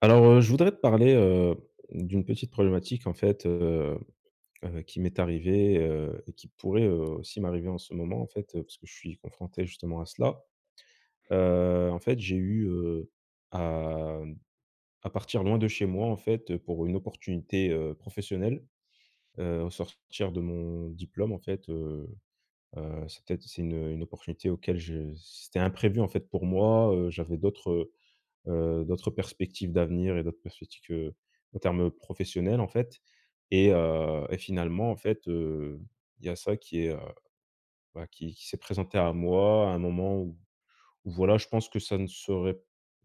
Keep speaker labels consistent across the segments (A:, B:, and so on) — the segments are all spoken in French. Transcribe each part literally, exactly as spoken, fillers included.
A: Alors, heu, je voudrais te parler, heu, d'une petite problématique en fait, heu heu, qui m'est arrivée, heu, et qui pourrait, heu, aussi m'arriver en ce moment en fait, heu, parce que je suis confronté justement à cela. Heu, en fait, j'ai eu, heu, à, mmh, à partir loin de chez moi en fait, heu, pour une opportunité, heu, professionnelle, heu, au sortir de mon diplôme en fait, heu heu, c'est peut-être c'est une, une opportunité auquel je c'était imprévu en fait pour moi, heu, j'avais d'autres, heu, d'autres perspectives d'avenir et d'autres perspectives que en termes professionnels, en fait. Et heu et finalement, en fait, heu, il y a ça qui est, heu, bah, qui qui s'est présenté à moi à un moment où où voilà, je pense que ça ne serait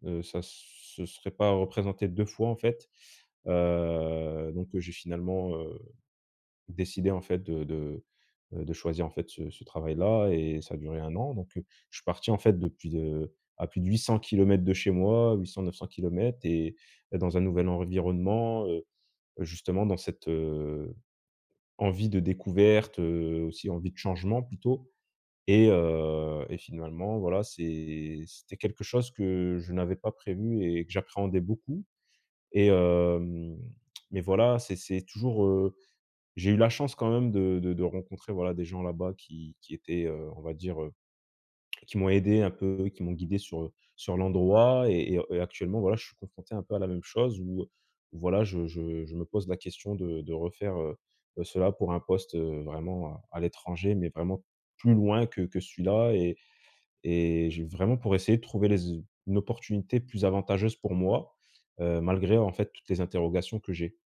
A: heu, ça se serait pas représenté deux fois, en fait, heu, donc heu, j'ai finalement, euh, Décidé en fait de de, euh, de choisir en fait ce ce travail-là, et ça a duré un an. Donc, heu, je suis parti en fait depuis de à plus de huit cents kilomètres de chez moi, huit neuf cents kilomètres, et dans un nouvel environnement, heu, justement dans cette, heu, envie de découverte, heu, aussi envie de changement plutôt. Et heu et finalement voilà, c'est c'était quelque chose que je n'avais pas prévu et que j'appréhendais beaucoup. et hem, mais voilà, c'est c'est toujours, j'ai eu la chance quand même de de de rencontrer, voilà, des gens là-bas qui qui étaient, heu, on va dire, heu, qui m'ont aidé un peu, qui m'ont guidé sur, sur l'endroit. Et et et actuellement, voilà, je suis confronté un peu à la même chose où, heu, voilà, je je je me pose la question de de refaire, heu heu, cela pour un poste, heu, vraiment à à l'étranger, mais vraiment plus loin que que celui-là. et et j'ai vraiment pour essayer de trouver les une opportunité plus avantageuse pour moi, heu, malgré en fait toutes les interrogations que j'ai.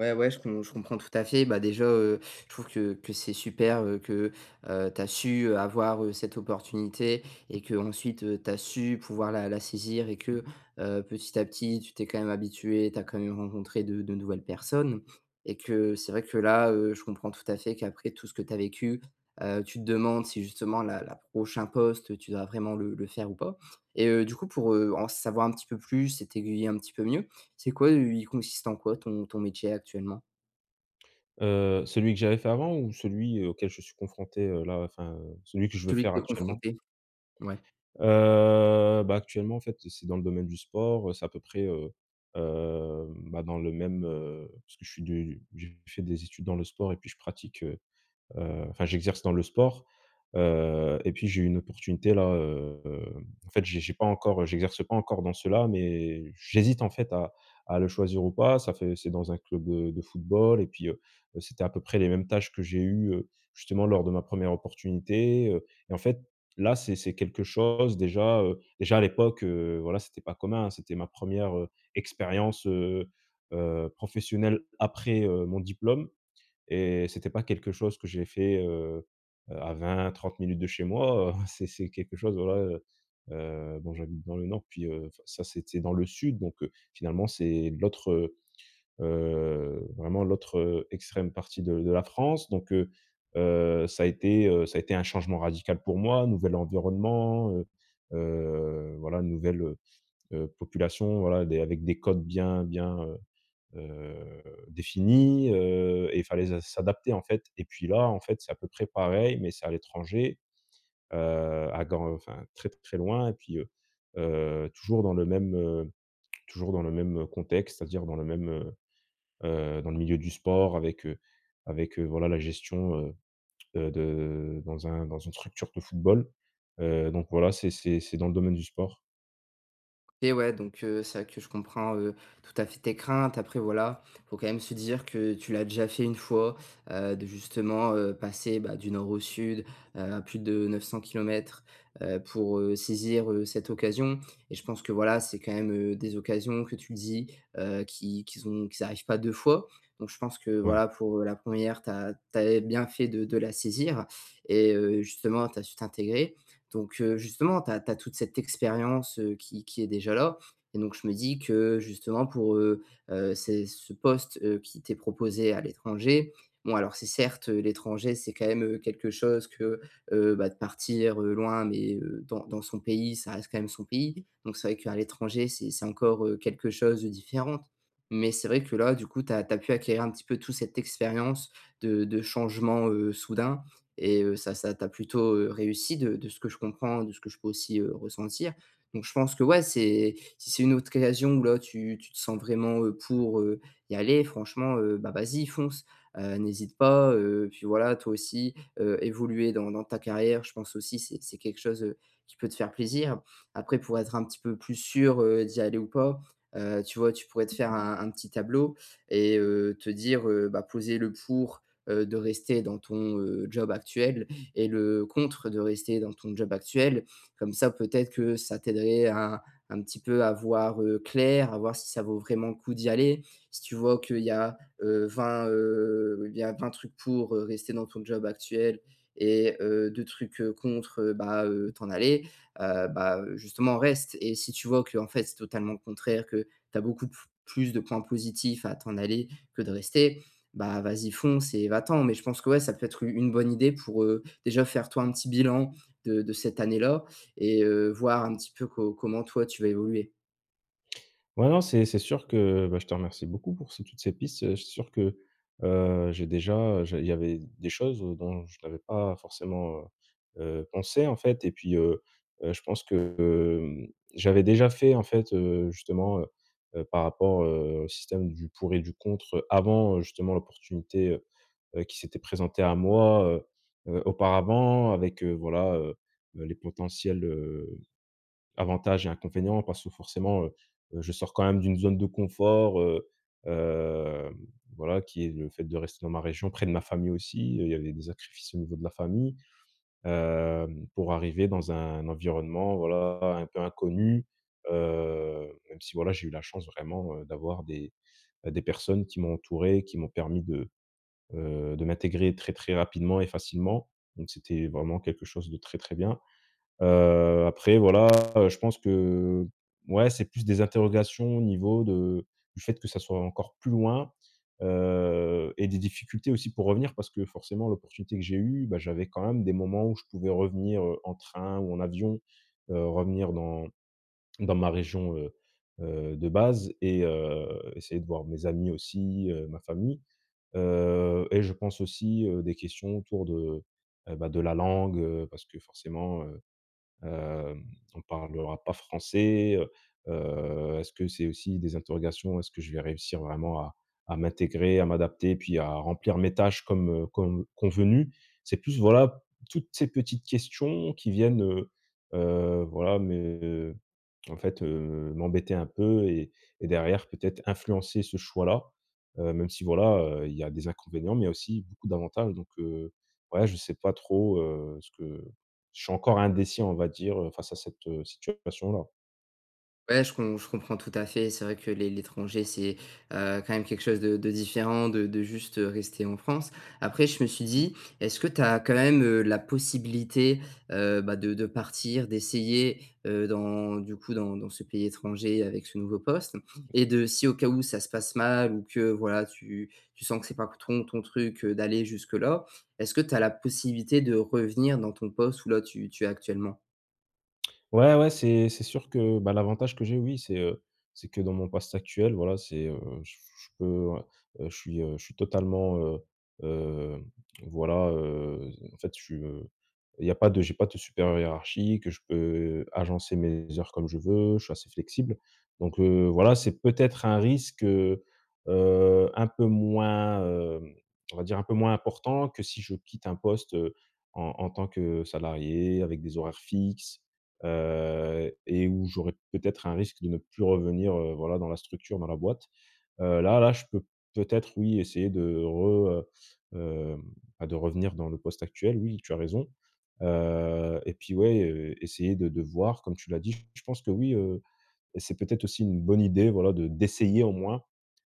B: Ouais, ouais, je com je comprends tout à fait. Bah, déjà, heu, je trouve que que c'est super, heu, que, heu, tu as su, heu, avoir, heu, cette opportunité et que ensuite tu as su pouvoir la la saisir et que, heu, petit à petit, tu t'es quand même habitué, tu as quand même rencontré de de nouvelles personnes et que c'est vrai que là, heu, je comprends tout à fait qu'après tout ce que tu as vécu, heu, tu te demandes si justement la la prochain poste, tu dois vraiment le le faire ou pas et heu, du coup, pour, heu, en savoir un petit peu plus et t'aiguiller un petit peu mieux, c'est quoi, heu, il consiste en quoi ton ton métier actuellement?
A: Heu, celui que j'avais fait avant ou celui, heu, auquel je suis confronté, heu, là, enfin, heu, celui que je veux
B: Celui que
A: faire
B: tu es
A: actuellement?
B: confronté? Ouais.
A: Heu, bah, actuellement, en fait, c'est dans le domaine du sport, heu, c'est à peu près, heu heu, bah, dans le même, heu parce que je suis du j'ai fait des études dans le sport et puis je pratique, heu Heu, enfin, j'exerce dans le sport, heu et puis j'ai eu une opportunité là, heu, en fait, j'ai j'ai pas encore j'exerce pas encore dans cela, mais j'hésite en fait à à le choisir ou pas. Ça fait c'est dans un club de de football, et puis, heu, c'était à peu près les mêmes tâches que j'ai eues, heu, justement lors de ma première opportunité. Heu et en fait, là, c'est c'est quelque chose déjà, heu, déjà à l'époque, heu, voilà, c'était pas commun, hein. C'était ma première re expérience, heu heu, professionnelle après, heu, mon diplôme, et c'était pas quelque chose que j'ai fait, heu, à vingt, trente minutes de chez moi, c'est c'est quelque chose, voilà, heu, heu, bon, j'habite dans le nord, puis, heu, enfin, ça, c'était dans le sud, donc, heu, finalement, c'est l'autre, heu, vraiment l'autre, heu, extrême partie de de la France, donc, heu, heu, ça a été, heu, ça a été un changement radical pour moi, nouvel environnement, heu, heu, voilà, nouvelle, heu, population, voilà, des avec des codes bien bien, heu heu, définies. Heu et il fallait se s'adapter, en fait. Et puis là, en fait, c'est à peu près pareil, mais c'est à l'étranger, heu, à gan enfin, très, très loin. Et puis, heu heu, toujours dans le même, heu, toujours dans le même contexte, c'est-à-dire dans le même, heu heu, dans le milieu du sport avec, heu, avec, heu, voilà, la gestion, heu heu, de dans un dans une structure de football, heu donc voilà, c'est c'est c'est dans le domaine du sport.
B: Et ouais, donc heu, c'est vrai que je comprends, heu, tout à fait tes craintes. Après voilà, faut quand même se dire que tu l'as déjà fait une fois, heu, de justement, heu, passer, bah, du nord au sud, heu, à plus de neuf cents kilomètres pour, heu, saisir, heu, cette occasion et je pense que voilà, c'est quand même, heu, des occasions que tu le dis, heu, qui qui sont qui arrivent pas deux fois. Donc je pense que
A: Ouais.
B: voilà, pour, la première, re tu as bien fait de de la saisir et heu, justement, tu as su t'intégrer. Donc, heu, justement, tu as toute cette expérience, heu, qui qui est déjà là et donc je me dis que, justement, pour, heu heu, c'est ce poste, heu, qui t'est proposé à l'étranger, bon, alors c'est certes, heu, l'étranger, c'est quand même, heu, quelque chose que, heu, bah, de partir, heu, loin mais, heu, dans dans son pays, ça reste quand même son pays. Donc c'est vrai qu'à l'étranger, c'est c'est encore, heu, quelque chose de différente. Mais c'est vrai que là, du coup, tu as pu acquérir un petit peu toute cette expérience de de changement, heu, soudain et heu, ça ça t'a plutôt, heu, réussi de de ce que je comprends, de ce que je peux aussi, heu, ressentir. Donc je pense que ouais, c'est si c'est une autre occasion où là tu tu te sens vraiment, heu, pour, heu, y aller franchement, heu, bah, vas-y fonce, heu, n'hésite pas, heu, puis voilà toi aussi, heu, évoluer dans dans ta carrière, je pense aussi c'est c'est quelque chose, heu, qui peut te faire plaisir. Après pour être un petit peu plus sûr, heu, d'y aller ou pas, heu, tu vois, tu pourrais te faire un un petit tableau et heu, te dire, heu, bah, poser le pour heu, de rester dans ton, heu, job actuel et le contre de rester dans ton job actuel. Comme ça, peut-être que ça t'aiderait à un petit peu à voir, heu, clair, à voir si ça vaut vraiment le coup d'y aller. Si tu vois qu'il y a, heu, vingt, heu, il y a vingt trucs pour, heu, rester dans ton job actuel et heu, deux trucs, heu, contre, heu, bah, heu, t'en aller, heu, bah, justement reste et si tu vois que en fait, c'est totalement le contraire, que tu as beaucoup p plus de points positifs à t'en aller que de rester, bah, vas-y fonce et va-t'en. Mais je pense que ouais, ça peut être une bonne idée pour, heu, déjà faire toi un petit bilan de de cette année-là et heu, voir un petit peu co comment toi tu vas évoluer.
A: Ouais, non, c'est c'est sûr que, bah, je te remercie beaucoup pour ces toutes ces pistes. C'est sûr que, heu, j'ai déjà, j'ai il y avait des choses dont je n'avais pas forcément, heu heu, pensé, en fait. Et puis, heu heu, je pense que, hem, j'avais déjà fait, en fait, heu, justement, heu heu, par rapport, heu, au système du pour et du contre, heu, avant, heu, justement l'opportunité, heu heu, qui s'était présentée à moi, heu heu, auparavant avec, heu, voilà, heu les potentiels, avantages et inconvénients, parce que forcément, heu, heu, je sors quand même d'une zone de confort, heu, heu, voilà, qui est le fait de rester dans ma région, près de ma famille aussi. Heu, il y avait des sacrifices au niveau de la famille, hem, pour arriver dans un environnement, voilà, un peu inconnu, heu, même si, voilà, j'ai eu la chance vraiment, heu, d'avoir des, euh, des personnes qui m'ont entouré, qui m'ont permis de, heu, de m'intégrer très, très rapidement et facilement. Donc c'était vraiment quelque chose de très, très bien. Heu, après voilà, heu, je pense que, ouais, c'est plus des interrogations au niveau de du fait que ça soit encore plus loin, heu et des difficultés aussi pour revenir, parce que forcément l'opportunité que j'ai eue, bah, j'avais quand même des moments où je pouvais revenir, heu, en train ou en avion, heu, revenir dans dans ma région, heu heu, de base. Et heu, essayer de voir mes amis aussi, heu, ma famille, heu et je pense aussi, heu, des questions autour de, heu, bah, de la langue, heu, parce que forcément, heu Heu, on parlera pas français, heu euh, est-ce que c'est aussi des interrogations? Est-ce que je vais réussir vraiment à à m'intégrer, à m'adapter, puis à remplir mes tâches comme, heu, comme convenu? C'est plus voilà, toutes ces petites questions qui viennent, heu heu, voilà, mais en fait, heu, m'embêter un peu, et et derrière peut-être influencer ce choix-là, heu, même si voilà, heu, il y a des inconvénients, mais il y a aussi beaucoup d'avantages. Donc heu, ouais, je sais pas trop, heu, ce que je suis encore indécis, on va dire, euh, face à cette, heu, situation-là.
B: Ouais, je com je comprends tout à fait. C'est vrai que l'é l'étranger, c'est, heu, quand même quelque chose de de différent de de juste, heu, rester en France. Après, je me suis dit, est-ce que tu as quand même, heu, la possibilité, heu, bah, de de partir, d'essayer, heu, dans du coup, dans dans ce pays étranger avec ce nouveau poste et de si au cas où ça se passe mal ou que voilà, tu tu sens que c'est pas ton ton truc, heu, d'aller jusque-là, est-ce que tu as la possibilité de revenir dans ton poste où là, tu tu es actuellement?
A: Ouais, ouais, c'est c'est sûr que, bah, l'avantage que j'ai, oui, c'est, heu, c'est que dans mon poste actuel, voilà, c'est, heu, je je peux, ouais, heu, je suis, heu, je suis totalement, heu, heu, voilà, heu, en fait, je suis, heu, il y a pas de j'ai pas de supérieure hiérarchie, que je peux agencer mes heures comme je veux, je suis assez flexible. Donc, heu, voilà, c'est peut-être un risque, heu, heu, un peu moins, hem, on va dire un peu moins important que si je quitte un poste, heu, en en tant que salarié avec des horaires fixes, heu et où j'aurais peut-être un risque de ne plus revenir, heu, voilà, dans la structure, dans la boîte. Heu, là là, je peux peut-être, oui, essayer de re, heu, hem, bah, de revenir dans le poste actuel, oui, tu as raison. Heu et puis, ouais, heu, essayer de de voir, comme tu l'as dit, je pense que oui, heu et c'est peut-être aussi une bonne idée, voilà, de d'essayer au moins,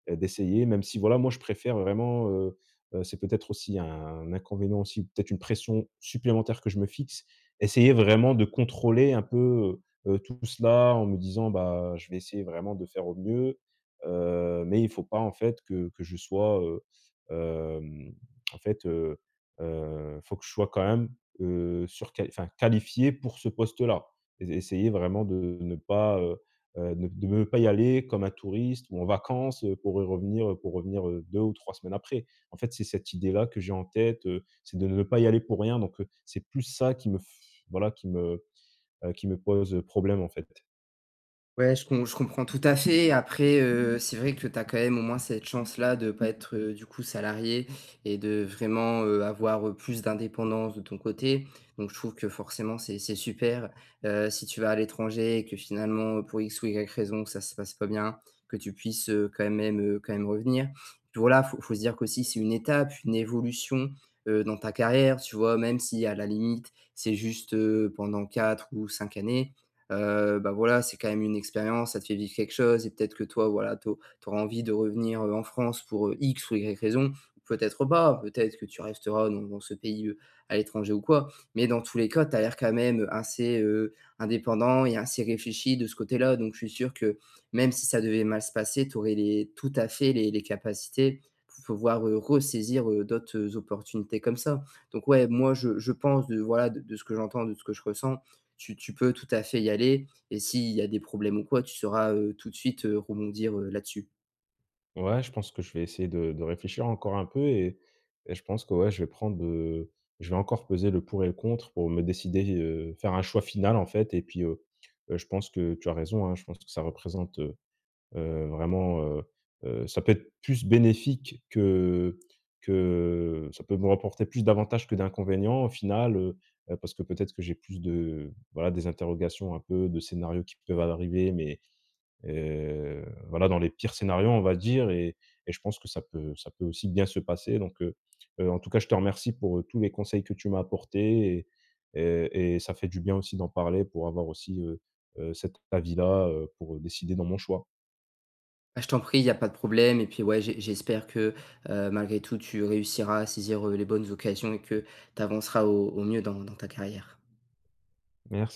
A: heu, d'essayer, même si voilà, moi je préfère vraiment, heu heu, c'est peut-être aussi un inconvénient aussi, peut-être une pression supplémentaire que je me fixe, essayer vraiment de contrôler un peu, heu heu, tout cela en me disant: «Bah, je vais essayer vraiment de faire au mieux», heu, mais il faut pas en fait que que je sois, heu, hem, en fait, heu heu, faut que je sois quand même, heu, surquali enfin qualifié pour ce poste-là. Essayer vraiment de ne pas, heu Heu, ne de ne pas y aller comme un touriste ou en vacances, heu, pour y revenir, pour revenir, heu, deux ou trois semaines après. En fait, c'est cette idée-là que j'ai en tête, heu, c'est de ne pas y aller pour rien. Donc heu, c'est plus ça qui me f voilà, qui me, heu, qui me pose problème, en fait.
B: Ouais, je com je comprends tout à fait. Après, mmh. C'est vrai que tu as quand même au moins cette chance-là de pas être, heu, du coup salarié et de vraiment, heu, avoir, heu, plus d'indépendance de ton côté. Donc je trouve que forcément c'est c'est super, heu, si tu vas à l'étranger et que finalement, heu, pour X ou Y raison, ça se passe pas bien, que tu puisses, heu, quand même, heu, quand même revenir. Puis voilà, faut faut se dire qu'aussi c'est une étape, une évolution, heu, dans ta carrière, tu vois? Même si à la limite, c'est juste, heu, pendant quatre ou cinq années. Heu, bah, voilà, c'est quand même une expérience, ça te fait vivre quelque chose et peut-être que toi, voilà, tu auras envie de revenir, heu, en France pour, heu, X ou Y raison. Ou peut-être pas, peut-être que tu resteras dans dans ce pays, heu, à l'étranger ou quoi. Mais dans tous les cas, tu as l'air quand même, assez, heu, indépendant et assez réfléchi de ce côté-là. Donc je suis sûr que même si ça devait mal se passer, tu aurais les tout à fait les les capacités pour pouvoir, heu, ressaisir, heu, d'autres, euh, opportunités comme ça. Donc ouais, moi je je pense de voilà, de de ce que j'entends, de ce que je ressens tu, tu peux tout à fait y aller et s'il y a des problèmes ou quoi, tu sauras, heu, tout de suite, heu, rebondir, heu, là-dessus.
A: Ouais, je pense que je vais essayer de de réfléchir encore un peu, et et je pense que, ouais, je vais prendre, heu, je vais encore peser le pour et le contre pour me décider, heu, faire un choix final, en fait. Et puis, heu heu, je pense que tu as raison, hein, je pense que ça représente, euh, Heu, vraiment, heu heu, ça peut être plus bénéfique que que ça peut me rapporter plus d'avantages que d'inconvénients au final, heu heu, parce que peut-être que j'ai plus de voilà, des interrogations un peu, de scénarios qui peuvent arriver, mais heu, voilà, dans les pires scénarios, on va dire. et et je pense que ça peut ça peut aussi bien se passer. Donc heu heu, en tout cas, je te remercie pour, heu, tous les conseils que tu m'as apportés. Et et et ça fait du bien aussi d'en parler pour avoir aussi, heu heu, cet avis-là, heu, pour décider dans mon choix.
B: Bah, je t'en prie, il y a pas de problème et puis, ouais, j'e j'espère que, heu, malgré tout, tu réussiras à saisir, heu, les bonnes occasions et que tu avanceras au au mieux dans dans ta carrière.
A: Merci.